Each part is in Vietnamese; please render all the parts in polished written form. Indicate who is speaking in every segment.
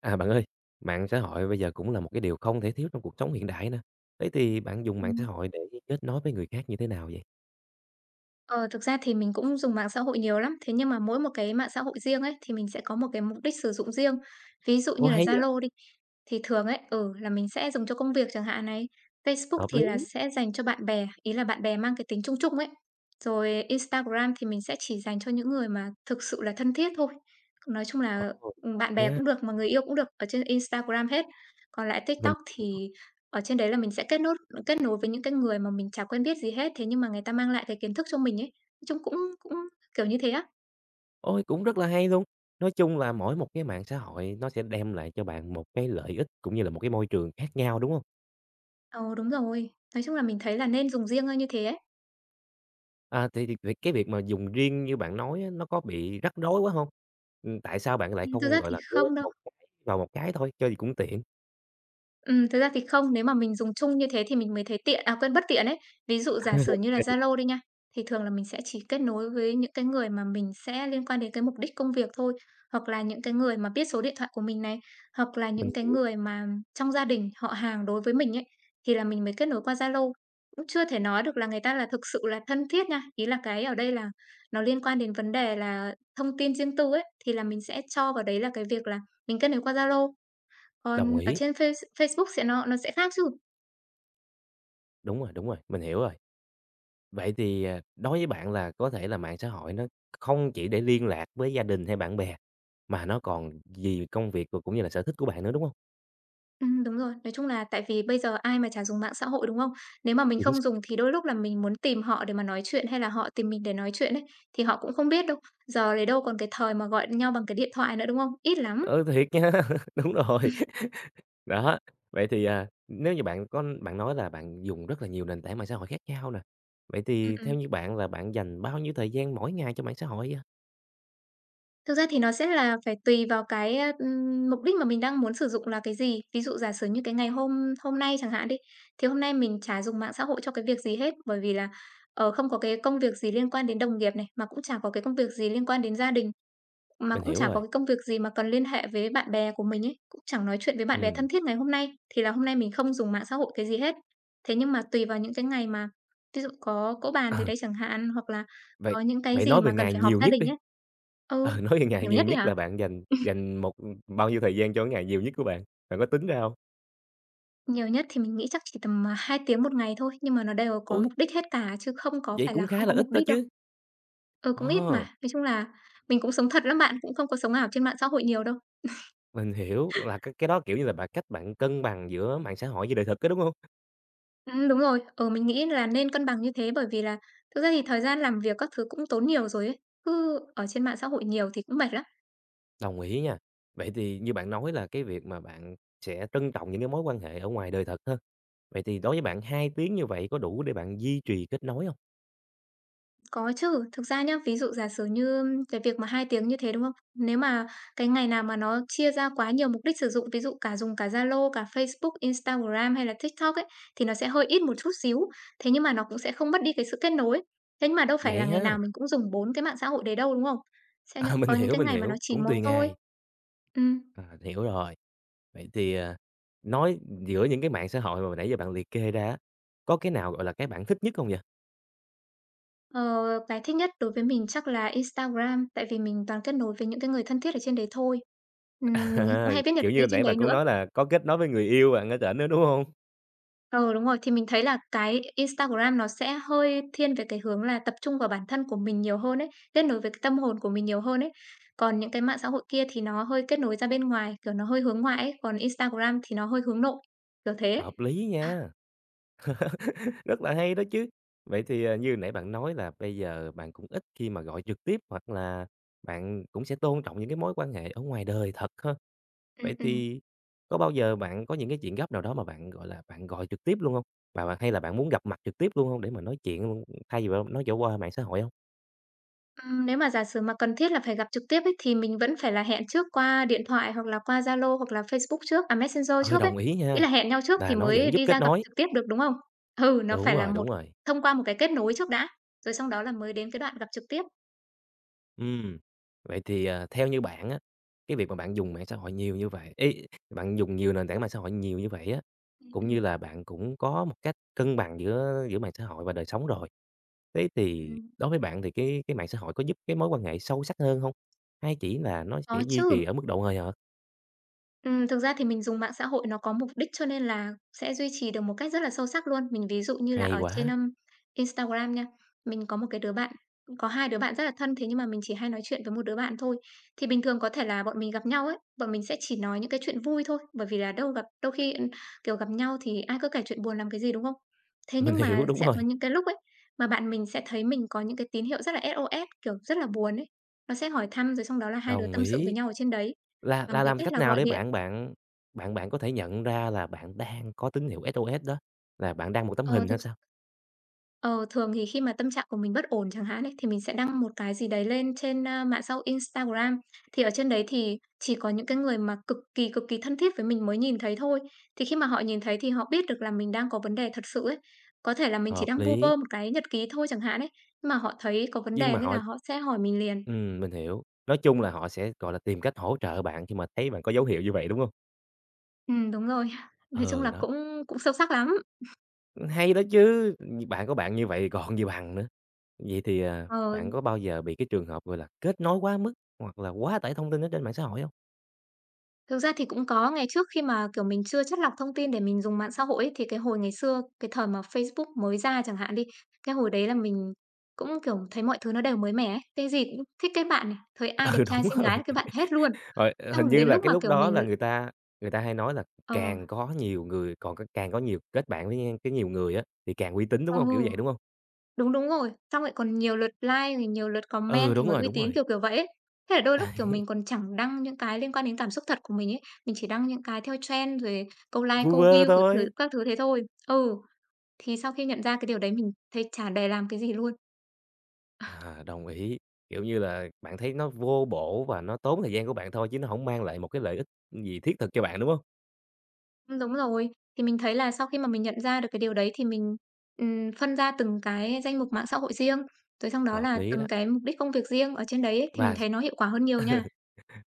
Speaker 1: À bạn ơi, mạng xã hội bây giờ cũng là một cái điều không thể thiếu trong cuộc sống hiện đại nè. Thế thì bạn dùng mạng xã
Speaker 2: Ừm.
Speaker 1: hội để kết nối với người khác như thế nào vậy?
Speaker 2: Ờ, thực ra thì mình cũng dùng mạng xã hội nhiều lắm, thế nhưng mà mỗi một cái mạng xã hội riêng ấy, thì mình sẽ có một cái mục đích sử dụng riêng. Ví dụ
Speaker 1: Ồ
Speaker 2: như là
Speaker 1: hay vậy,
Speaker 2: Zalo đi, thì thường ấy, là mình sẽ dùng cho công việc chẳng hạn này, Facebook
Speaker 1: hợp
Speaker 2: thì là
Speaker 1: lý.
Speaker 2: sẽ dành cho bạn bè, ý là bạn bè mang cái tính chung chung ấy. Rồi Instagram thì mình sẽ chỉ dành cho những người mà thực sự là thân thiết thôi. Nói chung
Speaker 1: Ồ,
Speaker 2: là,
Speaker 1: được
Speaker 2: bạn bè
Speaker 1: nha,
Speaker 2: cũng được, mà người yêu cũng được, ở trên Instagram hết. Còn lại
Speaker 1: mình
Speaker 2: TikTok thì ở trên đấy là mình sẽ kết nối với những cái người mà mình chả quen biết gì hết, thế nhưng mà người ta mang lại cái kiến thức cho mình ấy, nói chung cũng cũng kiểu như thế á.
Speaker 1: ôi cũng rất là hay luôn. Nói chung là mỗi một cái mạng xã hội nó sẽ đem lại cho bạn một cái lợi ích cũng như là một cái môi trường khác nhau, đúng không?
Speaker 2: Ờ, đúng rồi, nói chung là mình thấy là nên dùng riêng ra như thế ấy.
Speaker 1: À, thì cái việc mà dùng riêng như bạn nói á, nó có bị rắc rối quá không? Ừ, tại sao bạn lại
Speaker 2: Thực
Speaker 1: không
Speaker 2: ra
Speaker 1: gọi
Speaker 2: thì
Speaker 1: là gom
Speaker 2: không đâu.
Speaker 1: một cái vào một cái thôi, cho gì cũng tiện.
Speaker 2: Thực ra thì không, nếu mà mình dùng chung như thế thì mình mới thấy tiện à, quên, bất tiện ấy. Ví dụ giả sử như là Zalo đi nha, thì thường là mình sẽ chỉ kết nối với những cái người mà mình sẽ liên quan đến cái mục đích công việc thôi, hoặc là những cái người mà biết số điện thoại của mình này, hoặc là
Speaker 1: Mình
Speaker 2: những cái
Speaker 1: hiểu,
Speaker 2: người mà trong gia đình, họ hàng đối với mình ấy, thì là mình mới kết nối qua Zalo. Cũng chưa thể nói được là người ta là thực sự là thân thiết nha, ý là cái ở đây là nó liên quan đến vấn đề là thông tin riêng tư ấy, thì là mình sẽ cho vào đấy là cái việc là mình kết nối qua Zalo.
Speaker 1: đồng
Speaker 2: Còn ở
Speaker 1: ý.
Speaker 2: trên Facebook sẽ nó sẽ khác chứ.
Speaker 1: Đúng rồi, mình hiểu rồi. Vậy thì, à, đối với bạn là có thể là mạng xã hội nó không chỉ để liên lạc với gia đình hay bạn bè, mà nó còn vì công việc và cũng như là sở thích của bạn nữa, đúng không?
Speaker 2: Đúng rồi. Nói chung là tại vì bây giờ ai mà chả dùng mạng xã hội, đúng không? Nếu mà mình
Speaker 1: Chính
Speaker 2: không
Speaker 1: xác
Speaker 2: dùng thì đôi lúc là mình muốn tìm họ để mà nói chuyện hay là họ tìm mình để nói chuyện ấy, thì họ cũng không biết đâu. Giờ lấy đâu còn cái thời mà gọi nhau bằng cái điện thoại nữa, đúng không? Ít lắm.
Speaker 1: ừ, thiệt nha, đúng rồi. Đó, vậy thì, à, nếu như bạn có bạn nói là bạn dùng rất là nhiều nền tảng mạng xã hội khác nhau nè, vậy
Speaker 2: Ừm,
Speaker 1: thì theo
Speaker 2: ừm.
Speaker 1: như bạn là bạn dành bao nhiêu thời gian mỗi ngày cho mạng xã hội vậy?
Speaker 2: Thực ra thì nó sẽ là phải tùy vào cái, mục đích mà mình đang muốn sử dụng là cái gì. Ví dụ giả sử như cái ngày hôm hôm nay chẳng hạn đi, thì hôm nay mình chả dùng mạng xã hội cho cái việc gì hết, bởi vì là, không có cái công việc gì liên quan đến đồng nghiệp này, mà cũng chả có cái công việc gì liên quan đến gia đình. Mà
Speaker 1: Mình
Speaker 2: cũng
Speaker 1: hiểu
Speaker 2: chả có
Speaker 1: rồi,
Speaker 2: cái công việc gì mà cần liên hệ với bạn bè của mình ấy, cũng chẳng nói chuyện với bạn bè
Speaker 1: ừm,
Speaker 2: thân thiết ngày hôm nay, thì là hôm nay mình không dùng mạng xã hội cái gì hết. Thế nhưng mà tùy vào những cái ngày mà ví dụ có cỗ bàn gì
Speaker 1: ờ,
Speaker 2: đấy chẳng hạn, hoặc là
Speaker 1: vậy
Speaker 2: có những cái
Speaker 1: vậy
Speaker 2: gì
Speaker 1: nói về
Speaker 2: mà cần
Speaker 1: ngày
Speaker 2: phải họp
Speaker 1: nhiều
Speaker 2: gia
Speaker 1: nhất
Speaker 2: đình
Speaker 1: đi,
Speaker 2: ấy. Ừ,
Speaker 1: ờ, nói về ngày
Speaker 2: nhiều
Speaker 1: nhiều
Speaker 2: nhất đi
Speaker 1: nhất
Speaker 2: hả?
Speaker 1: là bạn dành dành một bao nhiêu thời gian cho cái ngày nhiều nhất của bạn, bạn có tính ra không?
Speaker 2: Nhiều nhất thì mình nghĩ chắc chỉ tầm, 2 tiếng một ngày thôi, nhưng mà nó đều có
Speaker 1: Ôi,
Speaker 2: mục đích hết cả chứ không có
Speaker 1: vậy
Speaker 2: phải
Speaker 1: cũng
Speaker 2: là không
Speaker 1: khá là
Speaker 2: có
Speaker 1: ít
Speaker 2: mục
Speaker 1: đó
Speaker 2: đích đâu.
Speaker 1: chứ.
Speaker 2: Ừ, cũng ít mà.
Speaker 1: Ờ,
Speaker 2: Nói chung là mình cũng sống thật lắm bạn, cũng không có sống ảo trên mạng xã hội nhiều đâu.
Speaker 1: mình hiểu là cái đó, kiểu như là, bạn cách bạn cân bằng giữa mạng xã hội với đời thực á, đúng hông?
Speaker 2: Đúng rồi. Ừ, mình nghĩ là nên cân bằng như thế bởi vì là thực ra thì thời gian làm việc các thứ cũng tốn nhiều rồi ấy, cứ ở trên mạng xã hội nhiều thì cũng mệt lắm.
Speaker 1: Đồng ý nha. Vậy thì như bạn nói là cái việc mà bạn sẽ trân trọng những cái mối quan hệ ở ngoài đời thật ha. Vậy thì đối với bạn 2 tiếng như vậy có đủ để bạn duy trì kết nối hông?
Speaker 2: Có chứ, thực ra nhá, ví dụ giả sử như cái việc mà 2 tiếng như thế, đúng không? Nếu mà cái ngày nào mà nó chia ra quá nhiều mục đích sử dụng, ví dụ cả dùng cả Zalo, cả Facebook, Instagram hay là TikTok ấy, thì nó sẽ hơi ít một chút xíu, thế nhưng mà nó cũng sẽ không mất đi cái sự kết nối. Thế nhưng mà đâu phải là
Speaker 1: Vậy
Speaker 2: ngày
Speaker 1: ha,
Speaker 2: nào mình cũng dùng 4 cái mạng xã hội đấy đâu, đúng không? Sẽ những
Speaker 1: à,
Speaker 2: có những cái
Speaker 1: mình
Speaker 2: ngày mà nó
Speaker 1: hiểu,
Speaker 2: chỉ
Speaker 1: cũng
Speaker 2: một
Speaker 1: tùy
Speaker 2: thôi.
Speaker 1: ngày.
Speaker 2: Ừm.
Speaker 1: À, hiểu rồi. Vậy thì, à, nói giữa những cái mạng xã hội mà nãy giờ bạn liệt kê ra á, có cái nào, gọi là, cái bạn thích nhất hông vậy?
Speaker 2: Ờ, cái thích nhất đối với mình chắc là Instagram, tại vì mình toàn kết nối với những cái người thân thiết ở trên đấy thôi. Mình cũng
Speaker 1: À,
Speaker 2: hay viết nhật
Speaker 1: kiểu như,
Speaker 2: ký trên
Speaker 1: nãy
Speaker 2: đấy
Speaker 1: bạn cũng
Speaker 2: nữa.
Speaker 1: nói là có kết nối với người yêu bạn ở trển nữa, đúng hông?
Speaker 2: Ờ đúng rồi, thì mình thấy là cái Instagram nó sẽ hơi thiên về cái hướng là tập trung vào bản thân của mình nhiều hơn ấy, kết nối với cái tâm hồn của mình nhiều hơn ấy. Còn những cái mạng xã hội kia thì nó hơi kết nối ra bên ngoài, kiểu, nó hơi hướng ngoại ấy, còn Instagram thì nó hơi hướng nội, kiểu thế ấy.
Speaker 1: Hợp lý nha, rất là hay đó chứ. Vậy thì, à, như nãy bạn nói là bây giờ bạn cũng ít khi mà gọi trực tiếp hoặc là bạn cũng sẽ tôn trọng những cái mối quan hệ ở ngoài đời thật ha. Vậy
Speaker 2: Ừm.
Speaker 1: thì có bao giờ bạn có những cái chuyện gấp nào đó mà bạn, gọi là, bạn gọi trực tiếp luôn hông? Và bạn hay là bạn muốn gặp mặt trực tiếp luôn hông để mà nói chuyện luôn, thay vì bạn nói dạo qua mạng xã hội hông?
Speaker 2: Nếu mà giả sử mà cần thiết là phải gặp trực tiếp ấy, thì mình vẫn phải là hẹn trước qua điện thoại hoặc là qua Zalo hoặc là Facebook trước, à, Messenger
Speaker 1: Ừ,
Speaker 2: trước ấy.
Speaker 1: đồng ý
Speaker 2: Ý
Speaker 1: nha,
Speaker 2: là hẹn nhau trước thì
Speaker 1: là nó
Speaker 2: mới
Speaker 1: vẫn giúp
Speaker 2: đi
Speaker 1: kết
Speaker 2: ra gặp
Speaker 1: nối.
Speaker 2: trực tiếp được, đúng không? Ừ, nó phải
Speaker 1: Đúng
Speaker 2: là
Speaker 1: rồi, đúng rồi.
Speaker 2: thông qua một cái kết nối trước đã, rồi sau đó là mới đến cái đoạn gặp trực tiếp.
Speaker 1: Ừm, vậy thì, à, theo như bạn á, cái việc mà bạn dùng mạng xã hội nhiều như vậy ý, bạn dùng nhiều nền tảng mạng xã hội nhiều như vậy á,
Speaker 2: Ừm,
Speaker 1: cũng
Speaker 2: ừm,
Speaker 1: như là bạn cũng có một cách cân bằng giữa giữa mạng xã hội và đời sống rồi. Thế thì
Speaker 2: ừm.
Speaker 1: đối với bạn thì cái mạng xã hội có giúp cái mối quan hệ sâu sắc hơn không, hay chỉ là nó sẽ
Speaker 2: Có
Speaker 1: duy trì
Speaker 2: chứ.
Speaker 1: ở mức độ hời hợt?
Speaker 2: Thực ra thì mình dùng mạng xã hội nó có mục đích cho nên là sẽ duy trì được một cách rất là sâu sắc luôn. Mình ví dụ như là
Speaker 1: Hay
Speaker 2: ở trên,
Speaker 1: quá,
Speaker 2: Instagram nha, mình có hai đứa bạn rất là thân, thế nhưng mà mình chỉ hay nói chuyện với một đứa bạn thôi. Thì bình thường có thể là bọn mình gặp nhau ấy, bọn mình sẽ chỉ nói những cái chuyện vui thôi, bởi vì là đâu gặp đâu khi, kiểu, gặp nhau thì ai cứ kể chuyện buồn làm cái gì, đúng không? Thế
Speaker 1: mình
Speaker 2: nhưng
Speaker 1: hiểu,
Speaker 2: mà
Speaker 1: đúng
Speaker 2: sẽ có
Speaker 1: rồi,
Speaker 2: những cái lúc ấy, mà bạn mình sẽ thấy mình có những cái tín hiệu rất là SOS, kiểu, rất là buồn ấy, nó sẽ hỏi thăm rồi xong đó là hai đứa
Speaker 1: đồng
Speaker 2: tâm sự với
Speaker 1: ý.
Speaker 2: nhau ở trên đấy, bằng
Speaker 1: Là
Speaker 2: cái
Speaker 1: làm
Speaker 2: cách
Speaker 1: cách
Speaker 2: là
Speaker 1: nào
Speaker 2: gọi
Speaker 1: để
Speaker 2: điện.
Speaker 1: bạn bạn bạn bạn có thể nhận ra là bạn đang có tín hiệu SOS đó, là bạn đang một tấm
Speaker 2: Ờ,
Speaker 1: hình hay
Speaker 2: thực s
Speaker 1: sao?
Speaker 2: Ờ, thường thì khi mà tâm trạng của mình bất ổn chẳng hạn ấy, thì mình sẽ đăng một cái gì đấy lên trên, mạng xã hội Instagram. Thì ở trên đấy thì chỉ có những cái người mà cực kỳ thân thiết với mình mới nhìn thấy thôi. Thì khi mà họ nhìn thấy thì họ biết được là mình đang có vấn đề thật sự ấy. Có thể là mình chỉ
Speaker 1: Hợp
Speaker 2: đang vu
Speaker 1: lý,
Speaker 2: vơ một cái nhật ký thôi chẳng hạn ấy, nhưng mà họ thấy có vấn
Speaker 1: nhưng
Speaker 2: đề
Speaker 1: mà
Speaker 2: nên
Speaker 1: họ
Speaker 2: là họ sẽ hỏi mình liền.
Speaker 1: ừm, mình hiểu. Nói chung là họ sẽ, gọi là, tìm cách hỗ trợ bạn khi mà thấy bạn có dấu hiệu như vậy, đúng hông?
Speaker 2: Đúng rồi. Nói chung
Speaker 1: Ờ,
Speaker 2: là
Speaker 1: đó,
Speaker 2: cũng cũng sâu sắc lắm.
Speaker 1: hay đó chứ, bạn có bạn như vậy còn gì bằng nữa. Vậy thì, à,
Speaker 2: Ờ.
Speaker 1: bạn có bao giờ bị cái trường hợp, gọi là, kết nối quá mức hoặc là quá tải thông tin ở trên mạng xã hội hông?
Speaker 2: Thực ra thì cũng có, ngày trước khi mà, kiểu, mình chưa chắt lọc thông tin để mình dùng mạng xã hội ấy, thì cái hồi ngày xưa, cái thời mà Facebook mới ra chẳng hạn đi, cái hồi đấy là mình cũng, kiểu, thấy mọi thứ nó đều mới mẻ ấy, cái gì cũng thích kết bạn này, thấy ai đẹp
Speaker 1: Ừ,
Speaker 2: trai
Speaker 1: đúng
Speaker 2: xinh
Speaker 1: rồi,
Speaker 2: gái là kết bạn hết luôn.
Speaker 1: rồi, ờ, hình
Speaker 2: Xong
Speaker 1: như
Speaker 2: đến
Speaker 1: là
Speaker 2: lúc
Speaker 1: cái
Speaker 2: mà,
Speaker 1: lúc
Speaker 2: kiểu,
Speaker 1: đó là
Speaker 2: mình
Speaker 1: người ta hay nói là
Speaker 2: ờ,
Speaker 1: càng có nhiều người còn c càng có nhiều kết bạn với a, cái nhiều người á, thì càng uy tín, đúng hông? Kiểu
Speaker 2: ừ,
Speaker 1: vậy, đúng hông?
Speaker 2: đúng, đúng rồi, xong lại còn nhiều lượt like rồi nhiều lượt comment
Speaker 1: Ừ,
Speaker 2: thì mới uy
Speaker 1: đúng
Speaker 2: tín,
Speaker 1: rồi,
Speaker 2: kiểu, kiểu vậy ấy. Thế là đôi lúc, kiểu, mình còn chẳng đăng những cái liên quan đến cảm xúc thật của mình ấy, mình chỉ đăng những cái theo trend rồi câu like,
Speaker 1: vu
Speaker 2: câu
Speaker 1: vơ
Speaker 2: view, kiểu, thứ
Speaker 1: thôi.
Speaker 2: các thứ thế thôi. Ừ. Thì sau khi nhận ra cái điều đấy mình thấy chả để làm cái gì luôn.
Speaker 1: À, đồng ý. Kiểu như là, bạn thấy nó vô bổ và nó tốn thời gian của bạn thôi chứ nó hổng mang lại một cái lợi ích gì thiết thực cho bạn, đúng hông?
Speaker 2: Đúng rồi, thì mình thấy là sau khi mà mình nhận ra được cái điều đấy thì mình, phân ra từng cái danh mục mạng xã hội riêng, rồi xong đó
Speaker 1: Hợp
Speaker 2: là
Speaker 1: lý
Speaker 2: từng
Speaker 1: đó.
Speaker 2: cái mục đích công việc riêng ở trên đấy ấy, thì mình
Speaker 1: Và s
Speaker 2: thấy nó hiệu quả hơn nhiều nha.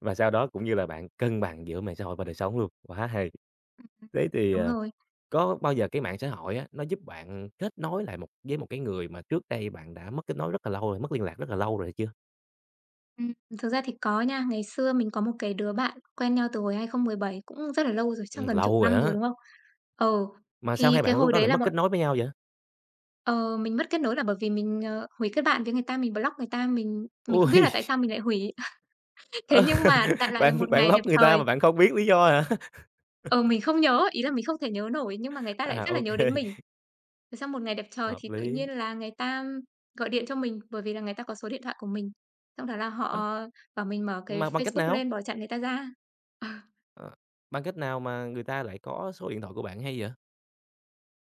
Speaker 1: và sau đó cũng như là bạn cân bằng giữa mạng xã hội và đời sống luôn, quá hay.
Speaker 2: Ừm.
Speaker 1: Thế thì,
Speaker 2: Đúng
Speaker 1: ờ,
Speaker 2: rồi.
Speaker 1: có bao giờ cái mạng xã hội á, nó giúp bạn kết nối lại một cái người mà trước đây bạn đã mất kết nối rất là lâu rồi, mất liên lạc rất là lâu rồi chưa?
Speaker 2: Ừm. Thực ra thì có nha, ngày xưa mình có một cái đứa bạn quen nhau từ hồi 2017 cũng rất là lâu rồi, chắc gần chục
Speaker 1: Lâu rồi
Speaker 2: năm rồi,
Speaker 1: á,
Speaker 2: đúng không? Ừ,
Speaker 1: mà sao
Speaker 2: thì
Speaker 1: hai
Speaker 2: cái
Speaker 1: bạn lúc
Speaker 2: hồi
Speaker 1: đó
Speaker 2: đấy
Speaker 1: lại
Speaker 2: là
Speaker 1: mất kết nối với nhau vậy?
Speaker 2: mình mất kết nối là bởi vì mình, hủy kết bạn với người ta, mình block người ta, mình không biết là
Speaker 1: Ôi,
Speaker 2: tại sao mình lại hủy. Thế
Speaker 1: ơ,
Speaker 2: nhưng mà đại loại là
Speaker 1: bạn
Speaker 2: một
Speaker 1: bạn
Speaker 2: ngày đẹp
Speaker 1: block người ta
Speaker 2: trời
Speaker 1: mà bạn không biết lý do hả?
Speaker 2: ừ, mình không nhớ, ý là mình không thể nhớ nổi, nhưng mà người ta lại
Speaker 1: À,
Speaker 2: rất là
Speaker 1: ô
Speaker 2: nhớ
Speaker 1: kê,
Speaker 2: đến mình. Rồi xong một ngày đẹp trời
Speaker 1: hợp
Speaker 2: thì tự
Speaker 1: lý.
Speaker 2: nhiên là người ta gọi điện cho mình, bởi vì là người ta có số điện thoại của mình. Xong đó là
Speaker 1: Ơ,
Speaker 2: họ bảo mình mở cái
Speaker 1: mà bằng cách
Speaker 2: Facebook
Speaker 1: nào?
Speaker 2: lên bỏ chặn người ta ra. Ờ,
Speaker 1: Ờ, bằng cách nào mà người ta lại có số điện thoại của bạn hay vậy?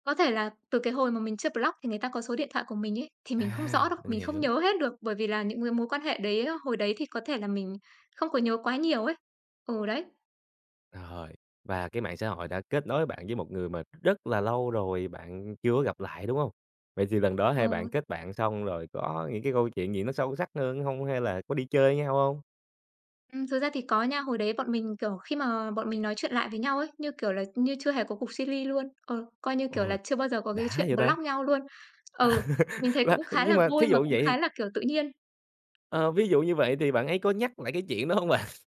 Speaker 2: có thể là từ cái hồi mà mình chưa block thì người ta có số điện thoại của mình ấy, thì mình không rõ
Speaker 1: À,
Speaker 2: đâu,
Speaker 1: mình
Speaker 2: mình không
Speaker 1: hiểu,
Speaker 2: nhớ hết được, bởi vì là những cái mối quan hệ đấy hồi đấy thì có thể là mình không có nhớ quá nhiều ấy. Ừ, đấy.
Speaker 1: rồi, và cái mạng xã hội đã kết nối bạn với một người mà rất là lâu rồi bạn chưa gặp lại, đúng không? Vậy thì lần đó hai bạn
Speaker 2: Ừ.
Speaker 1: kết bạn xong rồi có những cái câu chuyện gì nó sâu sắc hơn không, hay là có đi chơi với nhau không?
Speaker 2: Thực ra thì có nha, hồi đấy bọn mình, kiểu, khi mà bọn mình nói chuyện lại với nhau ấy, như kiểu là, như chưa hề có cục chia ly luôn, ờ, coi như, kiểu là,
Speaker 1: Ôi,
Speaker 2: chưa bao giờ có cái
Speaker 1: đã
Speaker 2: chuyện
Speaker 1: vậy ta!
Speaker 2: block nhau luôn. Ừ, mình thấy
Speaker 1: Là
Speaker 2: cũng khá
Speaker 1: nhưng
Speaker 2: là
Speaker 1: mà
Speaker 2: vui
Speaker 1: thí
Speaker 2: mà
Speaker 1: dụ
Speaker 2: cũng khá
Speaker 1: vậy,
Speaker 2: là, kiểu, tự nhiên.
Speaker 1: ờ, ví dụ như vậy thì bạn ấy có nhắc lại cái chuyện đó không bạn?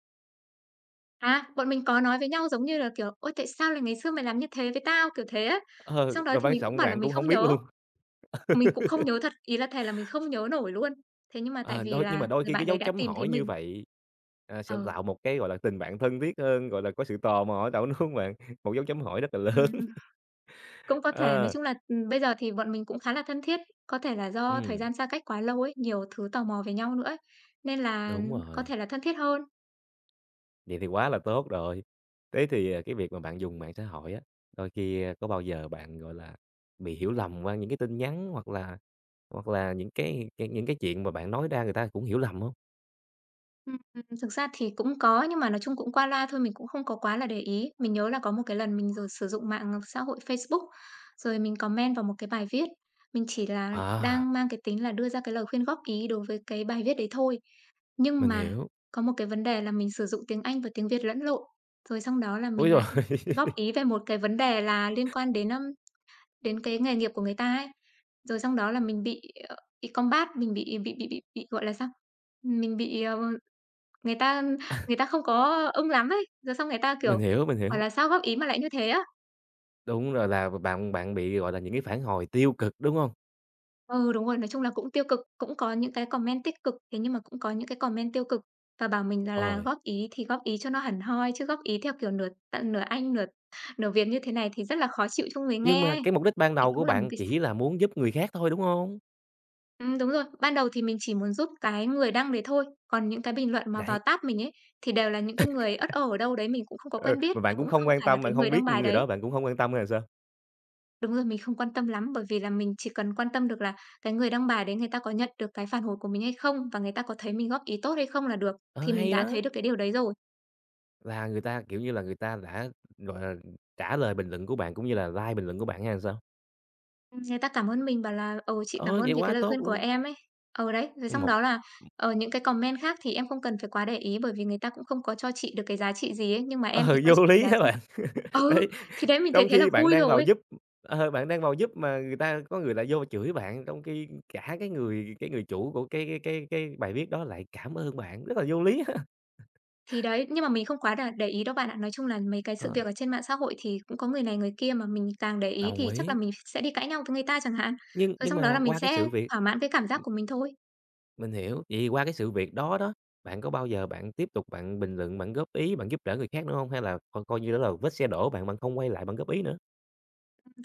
Speaker 2: À, bọn mình có nói với nhau giống như là, kiểu: "Ôi, tại sao là ngày xưa mày làm như thế với tao?" Kiểu thế á.
Speaker 1: Ờ,
Speaker 2: Xong đó
Speaker 1: và
Speaker 2: thì
Speaker 1: quan
Speaker 2: mình cũng
Speaker 1: trọng
Speaker 2: bảo là
Speaker 1: bạn
Speaker 2: mình
Speaker 1: cũng không
Speaker 2: không
Speaker 1: biết
Speaker 2: nhớ,
Speaker 1: luôn.
Speaker 2: mình cũng không nhớ thật, ý là thề là mình không nhớ nổi luôn. Thế nhưng mà tại
Speaker 1: Ờ,
Speaker 2: vì
Speaker 1: đôi nhưng mà
Speaker 2: là
Speaker 1: đôi
Speaker 2: người
Speaker 1: khi
Speaker 2: bạn
Speaker 1: cái
Speaker 2: đấy
Speaker 1: dấu
Speaker 2: đã
Speaker 1: chấm
Speaker 2: tìm thấy
Speaker 1: hỏi như
Speaker 2: mình.
Speaker 1: vậy, à, sẽ
Speaker 2: Ờ,
Speaker 1: tạo một cái, gọi là, tình bạn thân thiết hơn, gọi là, có sự tò mò ở đâu, đúng hông bạn? Một dấu chấm hỏi rất là lớn.
Speaker 2: ừm. Cũng có thể, nói
Speaker 1: Ờ,
Speaker 2: chung là, bây giờ thì bọn mình cũng khá là thân thiết, có thể là do thời
Speaker 1: ừm,
Speaker 2: gian xa cách quá lâu ấy, nhiều thứ tò mò về nhau nữa ấy, nên là
Speaker 1: đúng
Speaker 2: có
Speaker 1: rồi,
Speaker 2: thể là thân thiết hơn.
Speaker 1: vậy thì quá là tốt rồi. Thế thì, à, cái việc mà bạn dùng mạng xã hội á, đôi khi, a, có bao giờ bạn, gọi là, bị hiểu lầm qua những cái tin nhắn hoặc là những cái chuyện mà bạn nói ra người ta cũng hiểu lầm hông?
Speaker 2: Ừm, Thực ra thì cũng có, nhưng mà nói chung cũng qua loa thôi, mình cũng không có quá là để ý. Mình nhớ là có một cái lần mình rồi sử dụng mạng xã hội Facebook, rồi mình comment vào một cái bài viết. Mình chỉ là
Speaker 1: À,
Speaker 2: đang mang cái tính là đưa ra cái lời khuyên góp ý đối với cái bài viết đấy thôi. Nhưng
Speaker 1: mình
Speaker 2: mà
Speaker 1: hiểu.
Speaker 2: có một cái vấn đề là mình sử dụng tiếng Anh và tiếng Việt lẫn lộn, rồi xong đó là
Speaker 1: Ôi
Speaker 2: mình
Speaker 1: giời!
Speaker 2: lại góp ý về một cái vấn đề là liên quan đến, đến cái nghề nghiệp của người ta ấy. Rồi xong đó là mình bị, ờ, bị combat, mình bị, gọi là, sao? Mình bị, ờ. Người ta người ta không có ưng lắm ấy, rồi xong người ta,
Speaker 1: Mình
Speaker 2: kiểu,
Speaker 1: hiểu, mình
Speaker 2: bảo
Speaker 1: hiểu.
Speaker 2: là "Sao góp ý mà lại như thế á?"
Speaker 1: Đúng rồi, là bạn bạn bị, gọi là, những cái phản hồi tiêu cực, đúng hông?
Speaker 2: Ừ, đúng rồi, nói chung là cũng tiêu cực, cũng có những cái comment tích cực, thế nhưng mà cũng có những cái comment tiêu cực và bảo mình là
Speaker 1: Ôi.
Speaker 2: góp ý thì góp ý cho nó hẳn hoi, chứ góp ý theo kiểu nửa t nửa Anh, nửa nửa Việt như thế này thì rất là khó chịu cho người
Speaker 1: Nhưng
Speaker 2: nghe
Speaker 1: mà
Speaker 2: ấy.
Speaker 1: cái mục đích ban
Speaker 2: Thì
Speaker 1: đầu của
Speaker 2: cũng là một
Speaker 1: bạn
Speaker 2: cái s
Speaker 1: chỉ là muốn giúp người khác thôi, đúng hông?
Speaker 2: đúng rồi, ban đầu thì mình chỉ muốn giúp cái người đăng đấy thôi, còn những cái bình luận mà vào
Speaker 1: Đấy,
Speaker 2: tab mình ấy, thì đều là những cái người uất ơ ở đâu đấy mình cũng không có
Speaker 1: ừ,
Speaker 2: quen biết
Speaker 1: mà
Speaker 2: và
Speaker 1: bạn cũng
Speaker 2: cũng
Speaker 1: không
Speaker 2: không
Speaker 1: quan
Speaker 2: phải là
Speaker 1: tâm,
Speaker 2: cái
Speaker 1: bạn
Speaker 2: người
Speaker 1: không
Speaker 2: đăng
Speaker 1: biết
Speaker 2: bài
Speaker 1: người
Speaker 2: đấy.
Speaker 1: đó bạn cũng hông quan tâm hay sao?
Speaker 2: Đúng rồi, mình không quan tâm lắm, bởi vì là mình chỉ cần quan tâm được là cái người đăng bài đấy người ta có nhận được cái phản hồi của mình hay không và người ta có thấy mình góp ý tốt hay không là được,
Speaker 1: Ờ,
Speaker 2: thì mình
Speaker 1: hay
Speaker 2: đã thấy
Speaker 1: đó,
Speaker 2: được cái điều đấy rồi.
Speaker 1: là người ta, kiểu như là, người ta đã, gọi là, trả lời bình luận của bạn cũng như là like bình luận của bạn hay sao?
Speaker 2: Người ta cảm ơn mình bảo là "Ờ, chị cảm
Speaker 1: Ờ,
Speaker 2: ơn
Speaker 1: vậy
Speaker 2: vì cái
Speaker 1: quá
Speaker 2: lời
Speaker 1: tốt
Speaker 2: khuyên của
Speaker 1: luôn,
Speaker 2: em" ấy. Ừ, đấy, rồi xong
Speaker 1: một
Speaker 2: đó là, ở những cái comment khác thì em không cần phải quá để ý bởi vì người ta cũng không có cho chị được cái giá trị gì ấy, nhưng mà
Speaker 1: ừ,
Speaker 2: em thì cho
Speaker 1: vô
Speaker 2: chị cái
Speaker 1: lý
Speaker 2: giá
Speaker 1: hả
Speaker 2: trị.
Speaker 1: bạn?
Speaker 2: Ừ,
Speaker 1: Đấy,
Speaker 2: thì đấy mình thấy
Speaker 1: trong
Speaker 2: thế là
Speaker 1: khi bạn
Speaker 2: vui
Speaker 1: đang vào
Speaker 2: rồi.
Speaker 1: giúp ờ, bạn đang vào giúp mà người ta có người lại vô chửi bạn, trong khi cả cái người chủ của cái bài viết đó lại cảm ơn bạn, rất là vô lý ha.
Speaker 2: Thì đấy, nhưng mà mình không quá là để ý đâu bạn ạ. Nói chung là mấy cái sự
Speaker 1: Ờ,
Speaker 2: việc ở trên mạng xã hội thì cũng có người này người kia, mà mình càng để ý
Speaker 1: đồng
Speaker 2: thì chắc là
Speaker 1: ý.
Speaker 2: mình sẽ đi cãi nhau với người ta chẳng hạn.
Speaker 1: Nhưng
Speaker 2: Rồi
Speaker 1: nhưng
Speaker 2: xong đó là
Speaker 1: mà
Speaker 2: mình
Speaker 1: qua cái
Speaker 2: sẽ
Speaker 1: sự việc
Speaker 2: thỏa mãn cái cảm giác
Speaker 1: ừm,
Speaker 2: của mình thôi.
Speaker 1: mình hiểu, vậy thì qua cái sự việc đó đó, bạn có bao giờ bạn tiếp tục bạn bình luận, bạn góp ý, bạn giúp đỡ người khác nữa hông? Hay là coi coi như đó là vết xe đổ bạn, bạn không quay lại bạn góp ý nữa?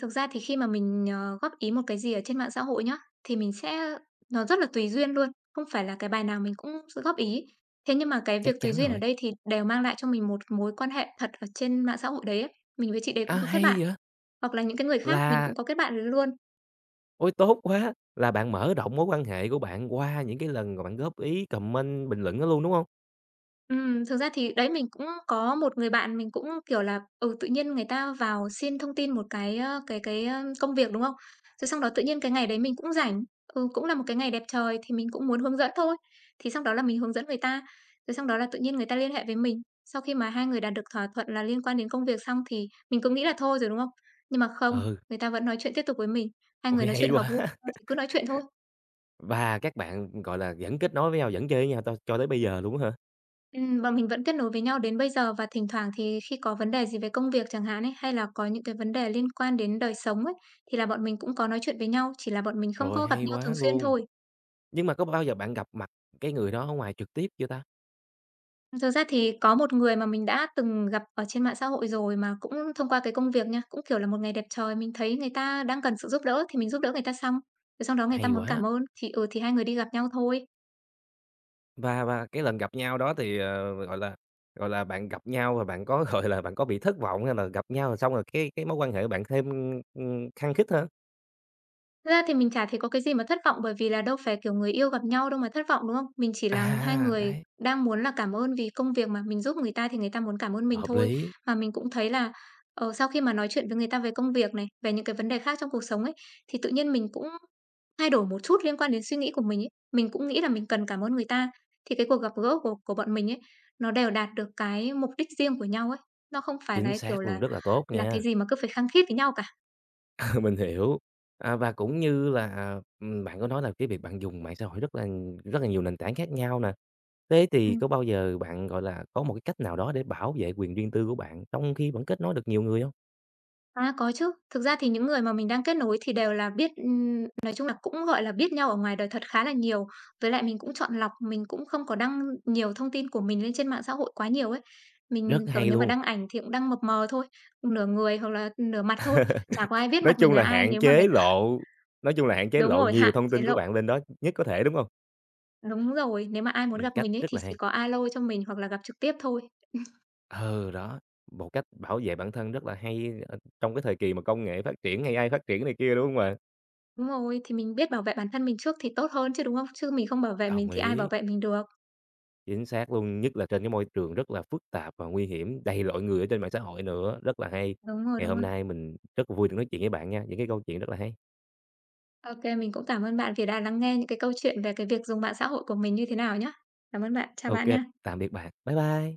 Speaker 2: Thực ra thì khi mà mình, ờ, góp ý một cái gì ở trên mạng xã hội nhá, thì mình sẽ nó rất là tùy duyên luôn, không phải là cái bài nào mình cũng sẽ góp ý. Thế nhưng mà cái việc
Speaker 1: Chắc
Speaker 2: tùy
Speaker 1: chắn
Speaker 2: duyên ở
Speaker 1: rồi.
Speaker 2: đây thì đều mang lại cho mình một mối quan hệ thật ở trên mạng xã hội đấy ấy. Mình với chị đấy
Speaker 1: À
Speaker 2: cũng có kết bạn,
Speaker 1: hay vậy!"
Speaker 2: hoặc là những cái người khác mình
Speaker 1: là
Speaker 2: cũng có kết bạn luôn.
Speaker 1: ôi, tốt quá! Là bạn mở rộng mối quan hệ của bạn qua những cái lần mà bạn góp ý, comment, bình luận đó luôn, đúng hông?
Speaker 2: Thực ra thì đấy, mình cũng có một người bạn mình cũng, kiểu là, ừ, tự nhiên người ta vào xin thông tin một cái, cái, công việc, đúng không? Rồi xong đó tự nhiên cái ngày đấy mình cũng rảnh, ừ, cũng là một cái ngày đẹp trời thì mình cũng muốn hướng dẫn thôi. Thì xong đó là mình hướng dẫn người ta, rồi xong đó là tự nhiên người ta liên hệ với mình. Sau khi mà hai người đạt được thỏa thuận là liên quan đến công việc xong thì mình cứ nghĩ là thôi rồi, đúng không? Nhưng mà không,
Speaker 1: Ừ,
Speaker 2: người ta vẫn nói chuyện tiếp tục với mình, hai người
Speaker 1: ôi,
Speaker 2: nói
Speaker 1: hay
Speaker 2: chuyện hợp gu
Speaker 1: quá!
Speaker 2: thì cứ nói chuyện thôi.
Speaker 1: Và các bạn, gọi là, vẫn kết nối với nhau, vẫn chơi với nhau to cho tới bây giờ luôn á hả?
Speaker 2: Bọn mình vẫn kết nối với nhau đến bây giờ và thỉnh thoảng thì khi có vấn đề gì về công việc chẳng hạn ấy, hay là có những cái vấn đề liên quan đến đời sống ấy, thì là bọn mình cũng có nói chuyện với nhau, chỉ là bọn mình không
Speaker 1: Rồi,
Speaker 2: có gặp
Speaker 1: hay
Speaker 2: nhau thường
Speaker 1: quá
Speaker 2: xuyên
Speaker 1: luôn!
Speaker 2: thôi.
Speaker 1: Nhưng mà có bao giờ bạn gặp mặt cái người đó ở ngoài trực tiếp chưa ta?
Speaker 2: Thực ra thì có một người mà mình đã từng gặp ở trên mạng xã hội rồi mà cũng thông qua cái công việc nha, cũng, kiểu là, một ngày đẹp trời mình thấy người ta đang cần sự giúp đỡ thì mình giúp đỡ người ta xong, rồi sau đó người ta
Speaker 1: Hay
Speaker 2: muốn cảm
Speaker 1: quá!
Speaker 2: ơn thì, ừ, thì hai người đi gặp nhau thôi.
Speaker 1: Và cái lần gặp nhau đó thì, ờ, gọi là, bạn gặp nhau và bạn có, gọi là, bạn có bị thất vọng hay là gặp nhau rồi xong rồi cái mối quan hệ của bạn thêm, khăng khít hơn?
Speaker 2: Thật ra thì mình chả thấy có cái gì mà thất vọng, bởi vì là đâu phải, kiểu, người yêu gặp nhau đâu mà thất vọng, đúng không? Mình chỉ là hai
Speaker 1: À,
Speaker 2: người
Speaker 1: đấy,
Speaker 2: đang muốn là cảm ơn vì công việc mà, mình giúp người ta thì người ta muốn cảm ơn mình
Speaker 1: hợp
Speaker 2: thôi.
Speaker 1: lý,
Speaker 2: Mà mình cũng thấy là, ờ, sau khi mà nói chuyện với người ta về công việc này, về những cái vấn đề khác trong cuộc sống ấy, thì tự nhiên mình cũng thay đổi một chút liên quan đến suy nghĩ của mình ấy. Mình cũng nghĩ là mình cần cảm ơn người ta, thì cái cuộc gặp gỡ của bọn mình ấy, nó đều đạt được cái mục đích riêng của nhau ấy. Nó không phải
Speaker 1: chính
Speaker 2: là kiểu
Speaker 1: xác
Speaker 2: là
Speaker 1: luôn, rất là tốt
Speaker 2: là cái
Speaker 1: nha,
Speaker 2: gì mà cứ phải khăng khít với nhau cả.
Speaker 1: mình hiểu. À, và cũng như là, bạn có nói là cái việc bạn dùng mạng xã hội rất là nhiều nền tảng khác nhau nè. Thế thì có bao giờ bạn, gọi là, có một cái cách nào đó để bảo vệ quyền riêng tư của bạn trong khi vẫn kết nối được nhiều người không?
Speaker 2: À, có chứ. Thực ra thì những người mà mình đang kết nối thì đều là biết nói chung là cũng, gọi là, biết nhau ở ngoài đời thật khá là nhiều. Với lại mình cũng chọn lọc, mình cũng không có đăng nhiều thông tin của mình lên trên mạng xã hội quá nhiều ấy. Mình,
Speaker 1: Rất
Speaker 2: kiểu,
Speaker 1: hay
Speaker 2: nếu mà
Speaker 1: luôn.
Speaker 2: đăng ảnh thì cũng đăng mập mờ thôi, nửa người hoặc là nửa mặt thôi, chả có ai biết
Speaker 1: Nói
Speaker 2: mặt mình
Speaker 1: chung
Speaker 2: là
Speaker 1: là
Speaker 2: ai
Speaker 1: hạn
Speaker 2: nếu mà người
Speaker 1: chế
Speaker 2: ta
Speaker 1: lộ nói chung là hạn chế
Speaker 2: đúng
Speaker 1: lộ
Speaker 2: rồi,
Speaker 1: nhiều
Speaker 2: hạn
Speaker 1: thông
Speaker 2: chế
Speaker 1: tin của
Speaker 2: lộ.
Speaker 1: bạn lên đó nhất có thể, đúng hông?
Speaker 2: Đúng rồi, nếu mà ai muốn gặp
Speaker 1: Cách
Speaker 2: mình ấy
Speaker 1: rất
Speaker 2: thì
Speaker 1: là
Speaker 2: chỉ
Speaker 1: hay.
Speaker 2: có alo cho mình hoặc là gặp trực tiếp thôi.
Speaker 1: Ừ, đó, một cách bảo vệ bản thân rất là hay, ờ, trong cái thời kỳ mà công nghệ phát triển, AI phát triển này kia, đúng hông bạn?
Speaker 2: Đúng rồi, thì mình biết bảo vệ bản thân mình trước thì tốt hơn chứ, đúng không? Chứ mình không bảo vệ mình
Speaker 1: Đồng
Speaker 2: thì ai bảo
Speaker 1: ý,
Speaker 2: vệ mình được.
Speaker 1: chính xác luôn, nhất là trên cái môi trường rất là phức tạp và nguy hiểm, đầy loại người ở trên mạng xã hội nữa, rất là hay.
Speaker 2: Đúng rồi,
Speaker 1: Ngày
Speaker 2: đúng
Speaker 1: hôm
Speaker 2: rồi.
Speaker 1: nay mình rất là vui được nói chuyện với bạn nha, những cái câu chuyện rất là hay.
Speaker 2: OK, mình cũng cảm ơn bạn vì đã lắng nghe những cái câu chuyện về cái việc dùng mạng xã hội của mình như thế nào nhé. Cảm ơn bạn, chào
Speaker 1: Ô
Speaker 2: bạn
Speaker 1: kê,
Speaker 2: nha.
Speaker 1: tạm biệt bạn. Bye bye.